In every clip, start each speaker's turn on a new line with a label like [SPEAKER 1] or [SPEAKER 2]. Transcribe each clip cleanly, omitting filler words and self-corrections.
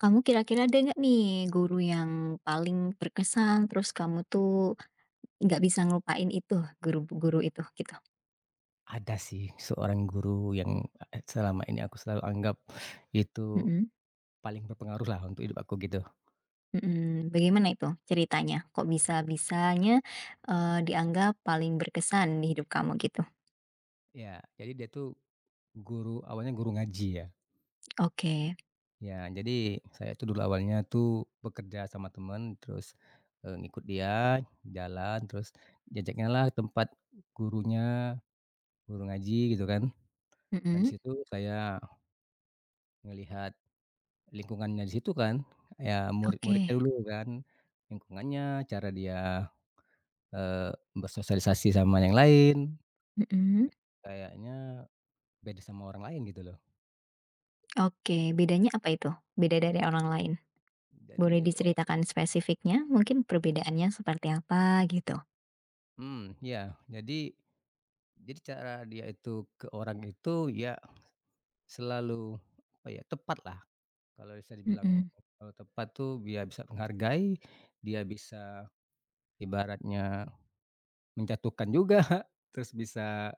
[SPEAKER 1] Kamu kira-kira ada nggak nih guru yang paling berkesan, terus kamu tuh nggak bisa ngelupain itu, guru guru itu gitu?
[SPEAKER 2] Ada sih seorang guru yang, selama ini aku selalu anggap itu
[SPEAKER 1] Mhm
[SPEAKER 2] paling berpengaruh lah untuk hidup aku gitu.
[SPEAKER 1] mhm, bagaimana itu ceritanya? Kok bisa-bisanya, dianggap paling berkesan di hidup kamu gitu?
[SPEAKER 2] Ya, jadi dia tuh guru, awalnya guru ngaji ya.
[SPEAKER 1] Oke,
[SPEAKER 2] Ya, jadi saya tuh dulu awalnya tuh bekerja sama temen terus, ngikut dia jalan terus diajaknyalah tempat gurunya, guru ngaji gitu kan. Nah di
[SPEAKER 1] mhm,
[SPEAKER 2] situ saya ngelihat lingkungannya di situ kan, ya murid-muridnya
[SPEAKER 1] oke,
[SPEAKER 2] dulu kan, lingkungannya, cara dia bersosialisasi sama yang lain,
[SPEAKER 1] mhm,
[SPEAKER 2] kayaknya beda sama orang lain gitu loh.
[SPEAKER 1] oke, bedanya apa itu? Beda dari orang lain?
[SPEAKER 2] Jadi
[SPEAKER 1] Boleh
[SPEAKER 2] dia tuh orang.
[SPEAKER 1] diceritakan spesifiknya, mungkin perbedaannya seperti apa gitu?
[SPEAKER 2] Mhm, iya. Jadi cara dia itu ke orang itu ya selalu, apa ya, tepat lah kalau bisa dibilang.
[SPEAKER 1] Mhm,
[SPEAKER 2] Kalau tepat tuh dia bisa menghargai, dia bisa ibaratnya menjatuhkan juga, terus bisa,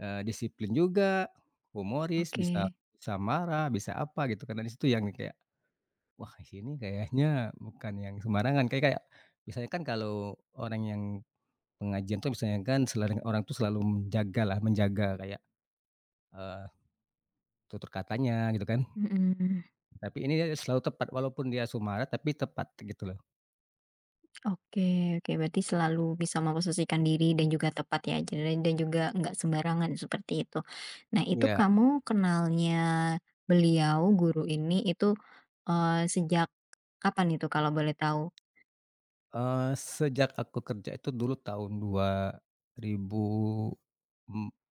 [SPEAKER 2] disiplin juga, humoris, bisa
[SPEAKER 1] oke,
[SPEAKER 2] bisa marah, bisa apa gitu, karena di situ yang kayak, "Wah, di sini kayaknya bukan yang sembarangan," kayak kayak biasanya kan kalau orang yang pengajian tuh biasanya kan selari orang tuh selalu menjaga lah, menjaga kayak, eee, tutur katanya gitu kan.
[SPEAKER 1] mhm.
[SPEAKER 2] Tapi ini dia selalu tepat, walaupun dia sumara tapi tepat gitu loh.
[SPEAKER 1] Oke oke, berarti selalu bisa memposisikan diri dan juga tepat ya, jadi dan juga nggak sembarangan seperti itu. Nah, itu
[SPEAKER 2] Iya,
[SPEAKER 1] kamu kenalnya beliau, guru ini itu, sejak kapan itu kalau boleh tahu?
[SPEAKER 2] sejak aku kerja itu dulu tahun dua ribu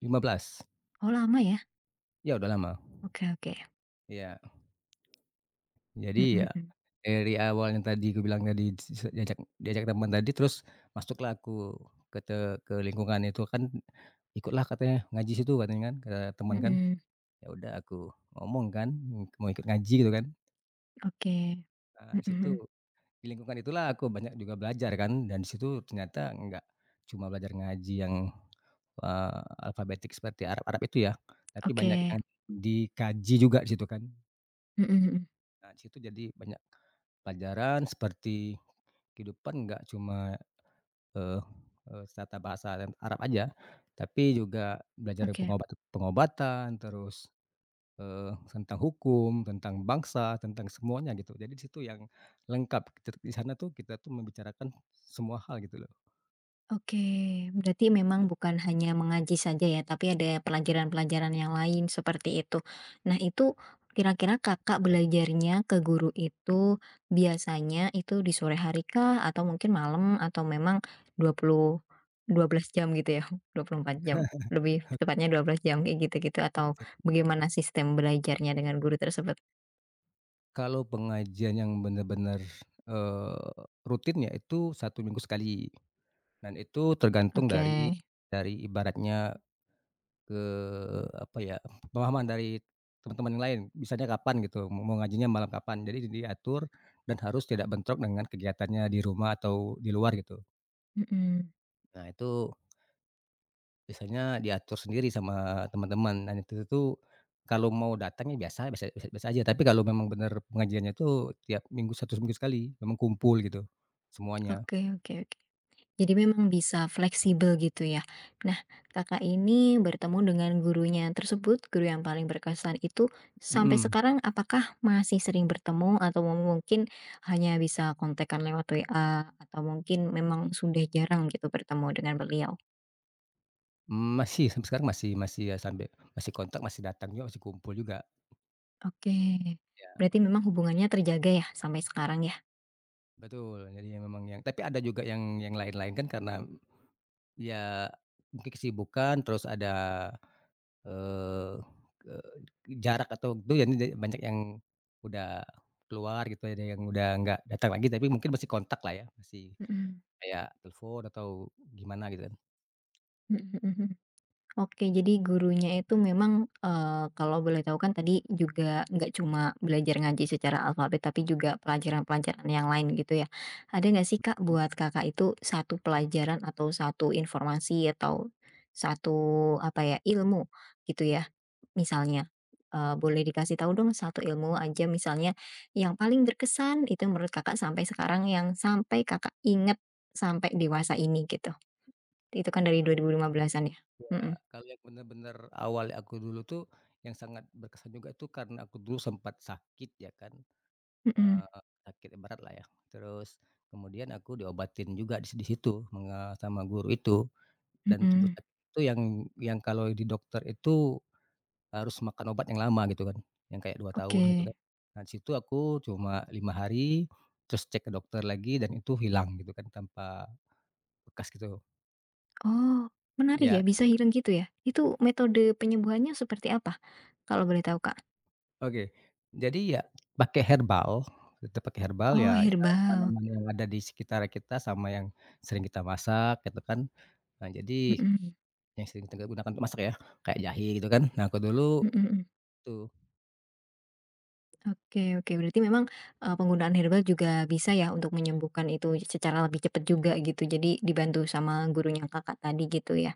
[SPEAKER 2] lima belas.
[SPEAKER 1] Oh lama ya?
[SPEAKER 2] Ya, udah lama.
[SPEAKER 1] Oke oke.
[SPEAKER 2] Iya.
[SPEAKER 1] Mhm
[SPEAKER 2] Jadi ya,
[SPEAKER 1] mhm.
[SPEAKER 2] dari awal yang tadi kubilang tadi, s diajak diajak teman tadi terus masuklah aku ke te ke lingkungan itu kan. "Ikutlah," katanya, "ngaji situ," katanya kan, kata teman kan.
[SPEAKER 1] Mhm.
[SPEAKER 2] Ya udah aku ngomong kan, mau ikut ngaji gitu kan.
[SPEAKER 1] Oke.
[SPEAKER 2] Nah
[SPEAKER 1] Mhm
[SPEAKER 2] di situ,
[SPEAKER 1] mhm.
[SPEAKER 2] di lingkungan itulah aku banyak juga belajar kan, dan di situ ternyata nggak cuma belajar ngaji yang, eee, alfabetik seperti Arab-Arab itu ya, tapi banyak
[SPEAKER 1] Oke.
[SPEAKER 2] yang dikaji juga di situ kan.
[SPEAKER 1] Mhm mhm.
[SPEAKER 2] Nah di situ jadi banyak pelajaran seperti kehidupan, nggak cuma, eee eee, tata bahasa dan Arab aja, tapi juga belajar
[SPEAKER 1] Oke.
[SPEAKER 2] pengobatan, terus, tentang hukum, tentang bangsa, tentang semuanya gitu. Jadi di situ yang lengkap, di sana tuh kita tuh membicarakan semua hal gitu loh.
[SPEAKER 1] Oke, berarti memang bukan hanya mengaji saja ya, tapi ada pelajaran-pelajaran yang lain seperti itu. Nah, itu kira-kira Kakak
[SPEAKER 2] Ya.
[SPEAKER 1] belajarnya ke guru itu biasanya itu di sore hari kah atau mungkin malam atau memang dua puluh 12 jam gitu ya, 24 jam. Lebih tepatnya 12 jam kayak gitu-gitu atau
[SPEAKER 2] Ya,
[SPEAKER 1] bagaimana sistem belajarnya dengan guru tersebut?
[SPEAKER 2] kalau pengajian yang benar-benar, eee, rutin ya itu satu minggu sekali, dan itu tergantung
[SPEAKER 1] Oke.
[SPEAKER 2] dari ibaratnya, ke apa ya, pemahaman dari teman-teman yang lain, misalnya kapan gitu, mau ngajinya malam kapan. Jadi diatur dan harus tidak bentrok dengan kegiatannya di rumah atau di luar gitu.
[SPEAKER 1] Mhm.
[SPEAKER 2] Nah itu biasanya diatur sendiri sama teman-teman, dan itu tuh kalau mau datangnya biasa biasa aja, tapi kalau memang benar pengajiannya tuh tiap minggu, satu minggu sekali, memang kumpul gitu semuanya.
[SPEAKER 1] Oke oke oke. Jadi memang bisa fleksibel gitu ya. Nah, Kakak ini bertemu dengan gurunya tersebut, guru yang paling berkesan itu sampai
[SPEAKER 2] Mhm,
[SPEAKER 1] sekarang apakah masih sering bertemu atau mungkin hanya bisa kontekan lewat WA atau mungkin memang sudah jarang gitu bertemu dengan beliau?
[SPEAKER 2] masih sampai sekarang, masih masih ya sampai masih kontak, masih datang juga, masih kumpul juga.
[SPEAKER 1] Oke, berarti memang hubungannya terjaga ya sampai sekarang ya?
[SPEAKER 2] Betul, jadi memang yang tapi ada juga yang lain-lain kan, karena ya mungkin kesibukan terus ada, eee, ke jarak atau itu, jadi banyak yang udah keluar gitu, ya, ada yang udah nggak datang lagi tapi mungkin masih kontak lah ya, masih
[SPEAKER 1] Mhm,
[SPEAKER 2] kayak telepon atau gimana gitu kan.
[SPEAKER 1] mhm. Oke, jadi gurunya itu memang, kalau boleh tahu kan tadi juga nggak cuma belajar ngaji secara alfabet, tapi juga pelajaran-pelajaran yang lain gitu ya. Ada nggak sih Kak, buat Kakak itu satu pelajaran atau satu informasi atau satu apa ya, ilmu gitu ya, misalnya, boleh dikasih tahu dong satu ilmu aja misalnya yang paling berkesan itu menurut Kakak sampai sekarang yang sampai Kakak inget sampai dewasa ini gitu. Itu kan dari
[SPEAKER 2] Terus,
[SPEAKER 1] 2015-an ya?
[SPEAKER 2] ya,
[SPEAKER 1] Mhm
[SPEAKER 2] kalau yang benar-benar awal aku dulu tuh yang sangat berkesan juga itu karena aku dulu sempat sakit ya kan.
[SPEAKER 1] mhm.
[SPEAKER 2] Eee, Sakit berat lah ya. Terus kemudian aku diobatin juga di situ sama guru itu, dan
[SPEAKER 1] Mhm,
[SPEAKER 2] tebusan itu yang kalau di dokter itu harus makan obat yang lama gitu kan, yang kayak dua
[SPEAKER 1] oke.
[SPEAKER 2] tahun gitu kan. Nah di situ aku cuma 5 hari, terus cek ke dokter lagi dan itu hilang gitu kan tanpa bekas gitu.
[SPEAKER 1] Oh, menarik
[SPEAKER 2] Ya,
[SPEAKER 1] ya, bisa healing gitu ya? Itu metode penyembuhannya seperti apa kalau boleh tahu, Kak?
[SPEAKER 2] oke. Jadi ya pakai herbal, tetap pakai herbal ya,
[SPEAKER 1] Oh,
[SPEAKER 2] kita
[SPEAKER 1] herbal.
[SPEAKER 2] tanaman yang ada di sekitar kita sama yang sering kita masak gitu kan. Nah jadi
[SPEAKER 1] Mhm,
[SPEAKER 2] yang sering kita gunakan untuk masak ya, kayak jahe gitu kan. Nah aku dulu
[SPEAKER 1] mhm mhm.
[SPEAKER 2] tuh
[SPEAKER 1] Oke oke, berarti memang, penggunaan herbal juga bisa ya untuk menyembuhkan itu secara lebih cepat juga gitu, jadi dibantu sama gurunya Kakak tadi gitu ya?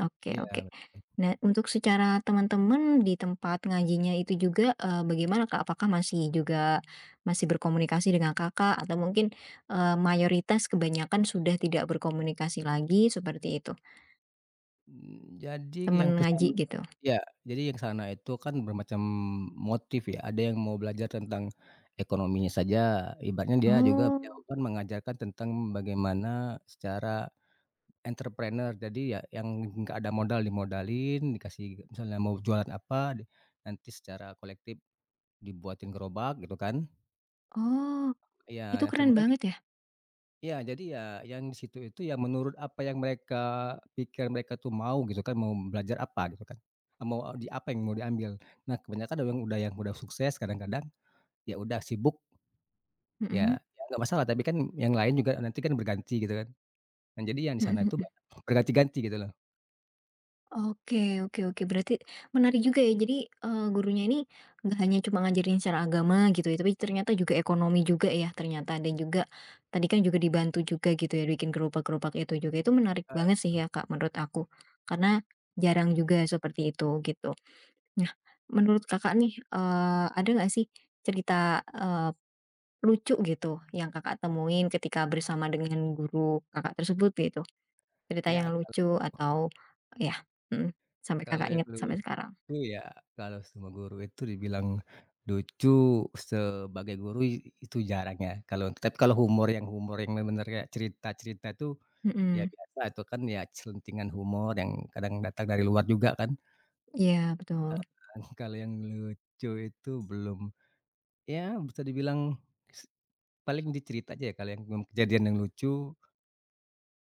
[SPEAKER 1] Oke
[SPEAKER 2] iya,
[SPEAKER 1] oke. Nah, untuk secara teman-teman di tempat ngajinya itu juga, bagaimana, Kak? Apakah masih juga masih berkomunikasi dengan Kakak atau mungkin, mayoritas kebanyakan sudah tidak berkomunikasi lagi seperti itu,
[SPEAKER 2] jadi yang
[SPEAKER 1] teman
[SPEAKER 2] ke
[SPEAKER 1] ngaji
[SPEAKER 2] sana
[SPEAKER 1] gitu?
[SPEAKER 2] iya, jadi yang ke sana itu kan bermacam motif ya, ada yang mau belajar tentang ekonominya saja, ibaratnya dia juga beliau
[SPEAKER 1] Oh
[SPEAKER 2] kan mengajarkan tentang bagaimana secara entrepreneur. Jadi ya yang nggak ada modal dimodalin, dikasih misalnya mau jualan apa, di nanti secara kolektif dibuatin gerobak gitu kan.
[SPEAKER 1] oh,
[SPEAKER 2] Iya,
[SPEAKER 1] itu keren banget ya?
[SPEAKER 2] iya, jadi ya yang di situ itu ya menurut apa yang mereka pikir mereka tuh mau gitu kan, mau belajar apa gitu kan, mau di apa yang mau diambil. Nah kebanyakan ada yang udah sukses, kadang-kadang ya udah sibuk, ya
[SPEAKER 1] Mhm
[SPEAKER 2] ya nggak masalah, tapi kan yang lain juga nanti kan berganti gitu kan. Nah jadi yang di
[SPEAKER 1] mhm
[SPEAKER 2] sana itu
[SPEAKER 1] mhm.
[SPEAKER 2] banyak berganti-ganti gitu loh.
[SPEAKER 1] Oke oke oke, berarti menarik juga ya. Jadi, gurunya ini nggak hanya cuma ngajarin secara agama gitu ya, tapi ternyata juga ekonomi juga ya ternyata, dan juga tadi kan juga dibantu juga gitu ya bikin gerobak-gerobak itu juga. Itu menarik banget sih ya, Kak, menurut aku, karena jarang juga seperti itu gitu. Nah, menurut Kakak nih, ada nggak sih cerita, lucu gitu yang Kakak temuin ketika bersama dengan guru Kakak tersebut gitu? Cerita
[SPEAKER 2] Ya
[SPEAKER 1] yang
[SPEAKER 2] kalau
[SPEAKER 1] lucu atau ya, mhm, sampai
[SPEAKER 2] kalau
[SPEAKER 1] Kakak
[SPEAKER 2] yang
[SPEAKER 1] ingat sampai
[SPEAKER 2] lucu,
[SPEAKER 1] sekarang.
[SPEAKER 2] ya kalau semua guru itu dibilang lucu sebagai guru itu jarang ya, tapi kalau humor yang benar-benar kayak cerita-cerita tuh. Ya
[SPEAKER 1] Mhm,
[SPEAKER 2] biasa itu kan ya celentingan humor yang kadang datang dari luar juga kan,
[SPEAKER 1] iya betul.
[SPEAKER 2] heeh, kalau yang lucu itu belum, ya bisa dibilang, s paling di cerita aja ya, kalau yang, kejadian yang lucu,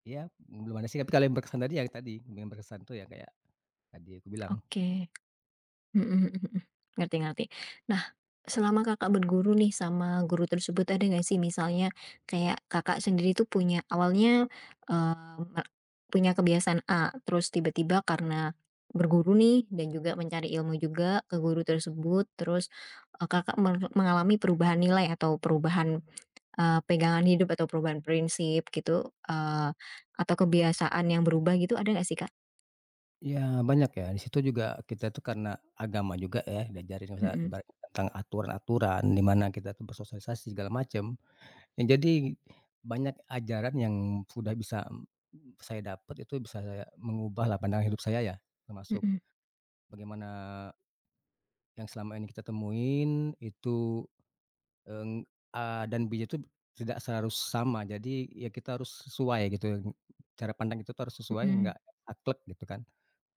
[SPEAKER 2] ya belum ada sih, tapi kalau yang berkesan tadi ya tadi, yang berkesan tuh ya kayak tadi aku bilang,
[SPEAKER 1] Oke. Mhm mhm mhm. Ngerti ngerti. Nah, selama Kakak berguru nih sama guru tersebut ada nggak sih misalnya kayak Kakak sendiri tuh punya awalnya, eee, me punya kebiasaan A, terus tiba-tiba karena berguru nih dan juga mencari ilmu juga ke guru tersebut, terus, Kakak mengalami perubahan nilai atau perubahan pegangan hidup atau perubahan prinsip gitu, eee, atau kebiasaan yang berubah gitu ada nggak sih, Kak?
[SPEAKER 2] ya banyak ya di situ juga kita tuh karena agama juga ya diajarin misal
[SPEAKER 1] Mhm.
[SPEAKER 2] ibaratnya tentang aturan-aturan di mana kita tuh bersosialisasi segala macam. Ya jadi, banyak ajaran yang sudah bisa, saya dapat itu bisa saya mengubahlah pandangan hidup saya ya, termasuk
[SPEAKER 1] Mhm
[SPEAKER 2] bagaimana yang selama ini kita temuin itu, Eee, A dan B itu tidak harus sama. Jadi ya kita harus sesuai gitu, cara pandang itu tuh harus sesuai,
[SPEAKER 1] mhm.
[SPEAKER 2] nggak saklek gitu kan.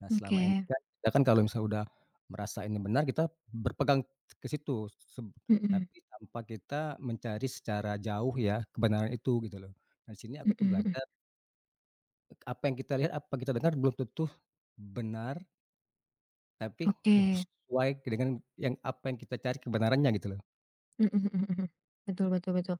[SPEAKER 2] Nah selama ini
[SPEAKER 1] Oke.
[SPEAKER 2] kan kita kan kalau misalnya udah merasa ini benar, kita berpegang ke situ, seb
[SPEAKER 1] Mhm
[SPEAKER 2] tapi tanpa kita mencari secara jauh ya kebenaran itu gitu loh. Nah, di sini aku
[SPEAKER 1] mhm
[SPEAKER 2] tuh
[SPEAKER 1] mhm.
[SPEAKER 2] belajar apa yang kita lihat, apa yang kita dengar belum tentu benar, tapi
[SPEAKER 1] Oke.
[SPEAKER 2] sesuai dengan yang apa yang kita cari kebenarannya gitu loh.
[SPEAKER 1] Mhm mhm mhm. Betul betul betul.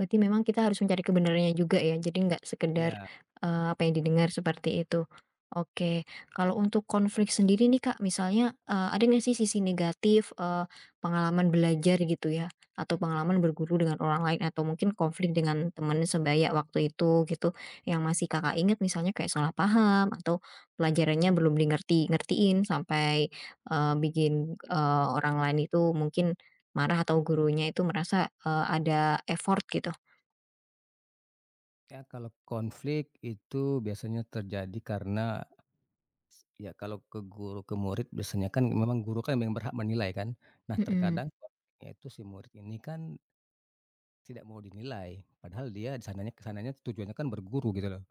[SPEAKER 1] Berarti memang kita harus mencari kebenarannya juga ya, jadi nggak sekedar,
[SPEAKER 2] Ya.
[SPEAKER 1] apa yang didengar seperti itu. Oke, kalau untuk konflik sendiri nih Kak, misalnya, ada nggak sih sisi negatif, pengalaman belajar gitu ya, atau pengalaman berguru dengan orang lain atau mungkin konflik dengan teman sebaya waktu itu gitu, yang masih Kakak ingat misalnya kayak salah paham atau pelajarannya belum di ngertiin sampai, bikin, orang lain itu mungkin marah atau gurunya itu merasa, ada effort gitu.
[SPEAKER 2] Ya kalau konflik itu biasanya terjadi karena ya kalau ke guru ke murid biasanya kan memang guru kan yang berhak menilai kan. Nah
[SPEAKER 1] Mhm
[SPEAKER 2] terkadang konfliknya itu si murid ini kan tidak mau dinilai, padahal dia di sananya ke sananya tujuannya kan berguru gitu loh.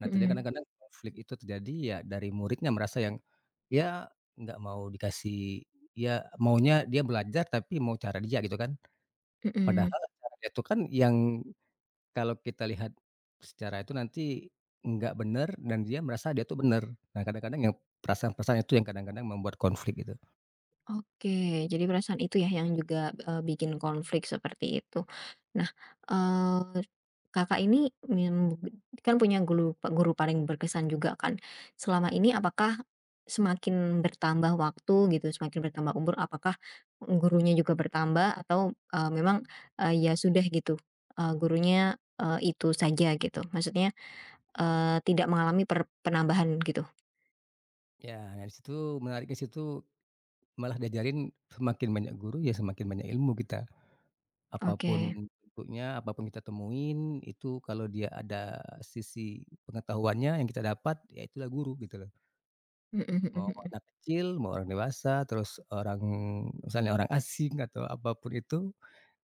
[SPEAKER 2] Nah terjadi
[SPEAKER 1] mhm
[SPEAKER 2] kadang-kadang konflik itu terjadi ya dari muridnya merasa yang ya nggak mau dikasih, ya maunya dia belajar tapi mau cara dia gitu kan. Padahal
[SPEAKER 1] mhm.
[SPEAKER 2] cara dia itu kan yang kalau kita lihat secara itu nanti nggak benar dan dia merasa dia tuh benar. Nah, kadang-kadang yang perasaan-perasaan itu yang kadang-kadang membuat konflik gitu.
[SPEAKER 1] Oke, jadi perasaan itu ya yang juga, bikin konflik seperti itu. Nah, eee, Kakak ini kan punya guru guru paling berkesan juga kan. Selama ini apakah semakin bertambah waktu gitu, semakin bertambah umur, apakah gurunya juga bertambah atau, memang, ya sudah gitu, gurunya, itu saja gitu? Maksudnya, tidak mengalami penambahan gitu?
[SPEAKER 2] Ya, dari situ menariknya situ malah diajarin semakin banyak guru ya semakin banyak ilmu kita.
[SPEAKER 1] Oke,
[SPEAKER 2] Apapun bentuknya, apapun kita temuin itu kalau dia ada sisi pengetahuannya yang kita dapat, ya itulah guru gitu loh.
[SPEAKER 1] mhm mhm
[SPEAKER 2] Mau
[SPEAKER 1] mhm.
[SPEAKER 2] anak kecil, mau orang dewasa, terus orang misalnya orang asing atau apapun itu,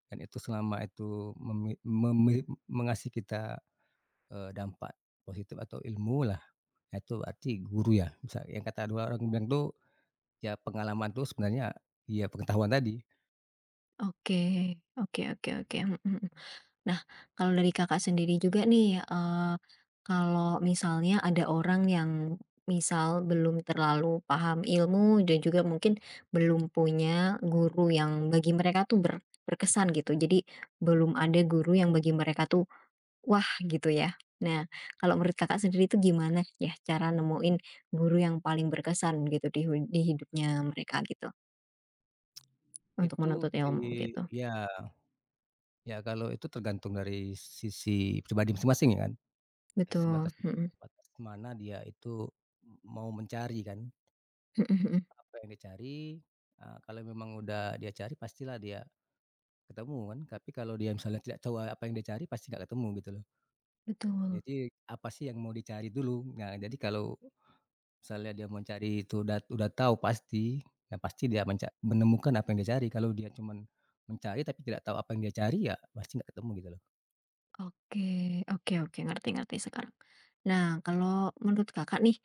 [SPEAKER 2] dan itu selama itu memi memi mengasih kita, dampak positif atau ilmu lah. Nah, itu berarti guru ya. Bisa yang kata dua orang bilang tuh, ya pengalaman tuh sebenarnya ya pengetahuan tadi.
[SPEAKER 1] Oke oke oke oke, mhm mhm. Nah, kalau dari Kakak sendiri juga nih, kalau misalnya ada orang yang misal belum terlalu paham ilmu dan juga mungkin belum punya guru yang bagi mereka tuh berkesan gitu, jadi belum ada guru yang bagi mereka tuh, "Wah!" gitu ya. Nah, kalau menurut Kakak sendiri itu gimana ya cara nemuin guru yang paling berkesan gitu di hu di hidupnya mereka gitu, untuk
[SPEAKER 2] Itu
[SPEAKER 1] menuntut
[SPEAKER 2] di
[SPEAKER 1] ilmu gitu?
[SPEAKER 2] ya kalau itu tergantung dari sisi pribadi masing-masing ya kan.
[SPEAKER 1] Betul,
[SPEAKER 2] Sebatas
[SPEAKER 1] mhm.
[SPEAKER 2] sebatas mana dia itu mau mencari kan,
[SPEAKER 1] Mhm mhm.
[SPEAKER 2] apa yang dicari, kalau memang udah dia cari pastilah dia ketemu kan. Tapi kalau dia misalnya tidak tahu apa yang dia cari, pasti nggak ketemu gitu loh.
[SPEAKER 1] Betul.
[SPEAKER 2] Jadi, apa sih yang mau dicari dulu. Nah, jadi kalau misalnya dia mencari itu udah tahu pasti, ya pasti dia menemukan apa yang dia cari. Kalau dia cuman mencari tapi tidak tahu apa yang dia cari, ya pasti nggak ketemu gitu loh.
[SPEAKER 1] Oke oke oke, ngerti ngerti sekarang. Nah, kalau menurut Kakak nih,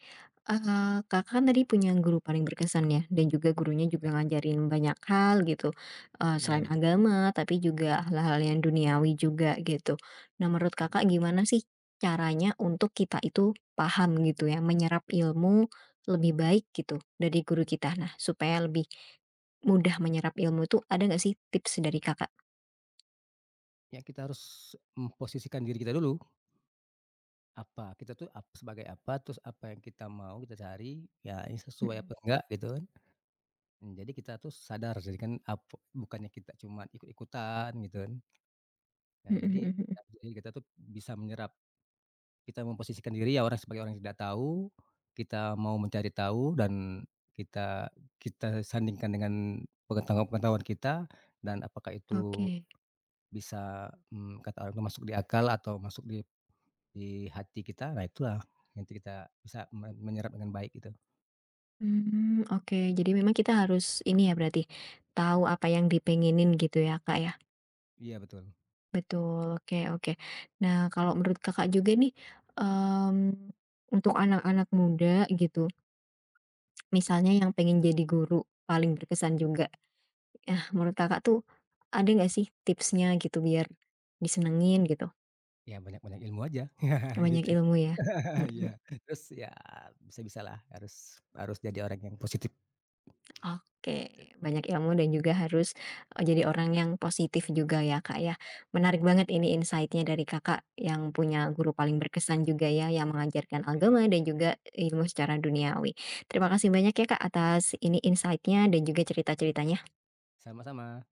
[SPEAKER 1] Kakak kan tadi punya guru paling berkesan ya, dan juga gurunya
[SPEAKER 2] Ya,
[SPEAKER 1] juga ngajarin banyak hal gitu,
[SPEAKER 2] iya
[SPEAKER 1] selain
[SPEAKER 2] betul.
[SPEAKER 1] agama, tapi juga hal-hal yang duniawi juga gitu. Nah, menurut
[SPEAKER 2] Mhm.
[SPEAKER 1] Kakak gimana sih caranya untuk kita itu paham gitu ya, menyerap ilmu lebih baik gitu dari guru kita? Nah, supaya lebih mudah menyerap ilmu itu, ada nggak sih tips dari Kakak?
[SPEAKER 2] Ya kita harus memposisikan diri kita dulu. Apa, kita tuh sebagai apa, terus apa yang kita mau kita cari, ya ini sesuai apa
[SPEAKER 1] Mhm.
[SPEAKER 2] enggak gitu kan. Jadi kita tuh sadar, jadi kan bukannya kita cuma ikut-ikutan gitu kan. Nah,
[SPEAKER 1] Mhm mhm
[SPEAKER 2] jadi
[SPEAKER 1] mhm.
[SPEAKER 2] kita jadi kita tuh bisa menyerap. Kita memposisikan diri ya orang sebagai orang yang tidak tahu, kita mau mencari tahu dan kita kita sandingkan dengan pengetahuan-pengetahuan kita, dan apakah itu
[SPEAKER 1] Oke.
[SPEAKER 2] bisa, kata orang itu masuk di akal atau masuk di hati kita, nah itulah nanti kita bisa menyerap dengan baik gitu.
[SPEAKER 1] Mmm, oke. Jadi memang kita harus ini ya berarti, tahu apa yang dipengenin gitu ya, Kak, ya?
[SPEAKER 2] Iya betul.
[SPEAKER 1] Betul, oke oke. Nah, kalau menurut Kakak juga nih, mmm, untuk anak-anak muda gitu, misalnya yang pengen jadi guru paling berkesan juga. Nah, menurut Kakak tuh ada nggak sih tipsnya gitu biar disenengin gitu?
[SPEAKER 2] Ya banyak-banyak ilmu aja
[SPEAKER 1] Banyak
[SPEAKER 2] gitu.
[SPEAKER 1] ilmu ya? Mhm.
[SPEAKER 2] Iya. Terus ya bisa-bisalah, harus harus jadi orang yang positif gitu.
[SPEAKER 1] Oke, banyak ilmu dan juga harus, jadi orang yang positif juga ya, Kak, ya. Menarik banget ini insight-nya dari Kakak yang punya guru paling berkesan juga ya, yang mengajarkan agama
[SPEAKER 2] Ya,
[SPEAKER 1] dan juga ilmu secara duniawi. Terima kasih banyak ya, Kak, atas ini insight-nya dan juga cerita-ceritanya.
[SPEAKER 2] sama-sama.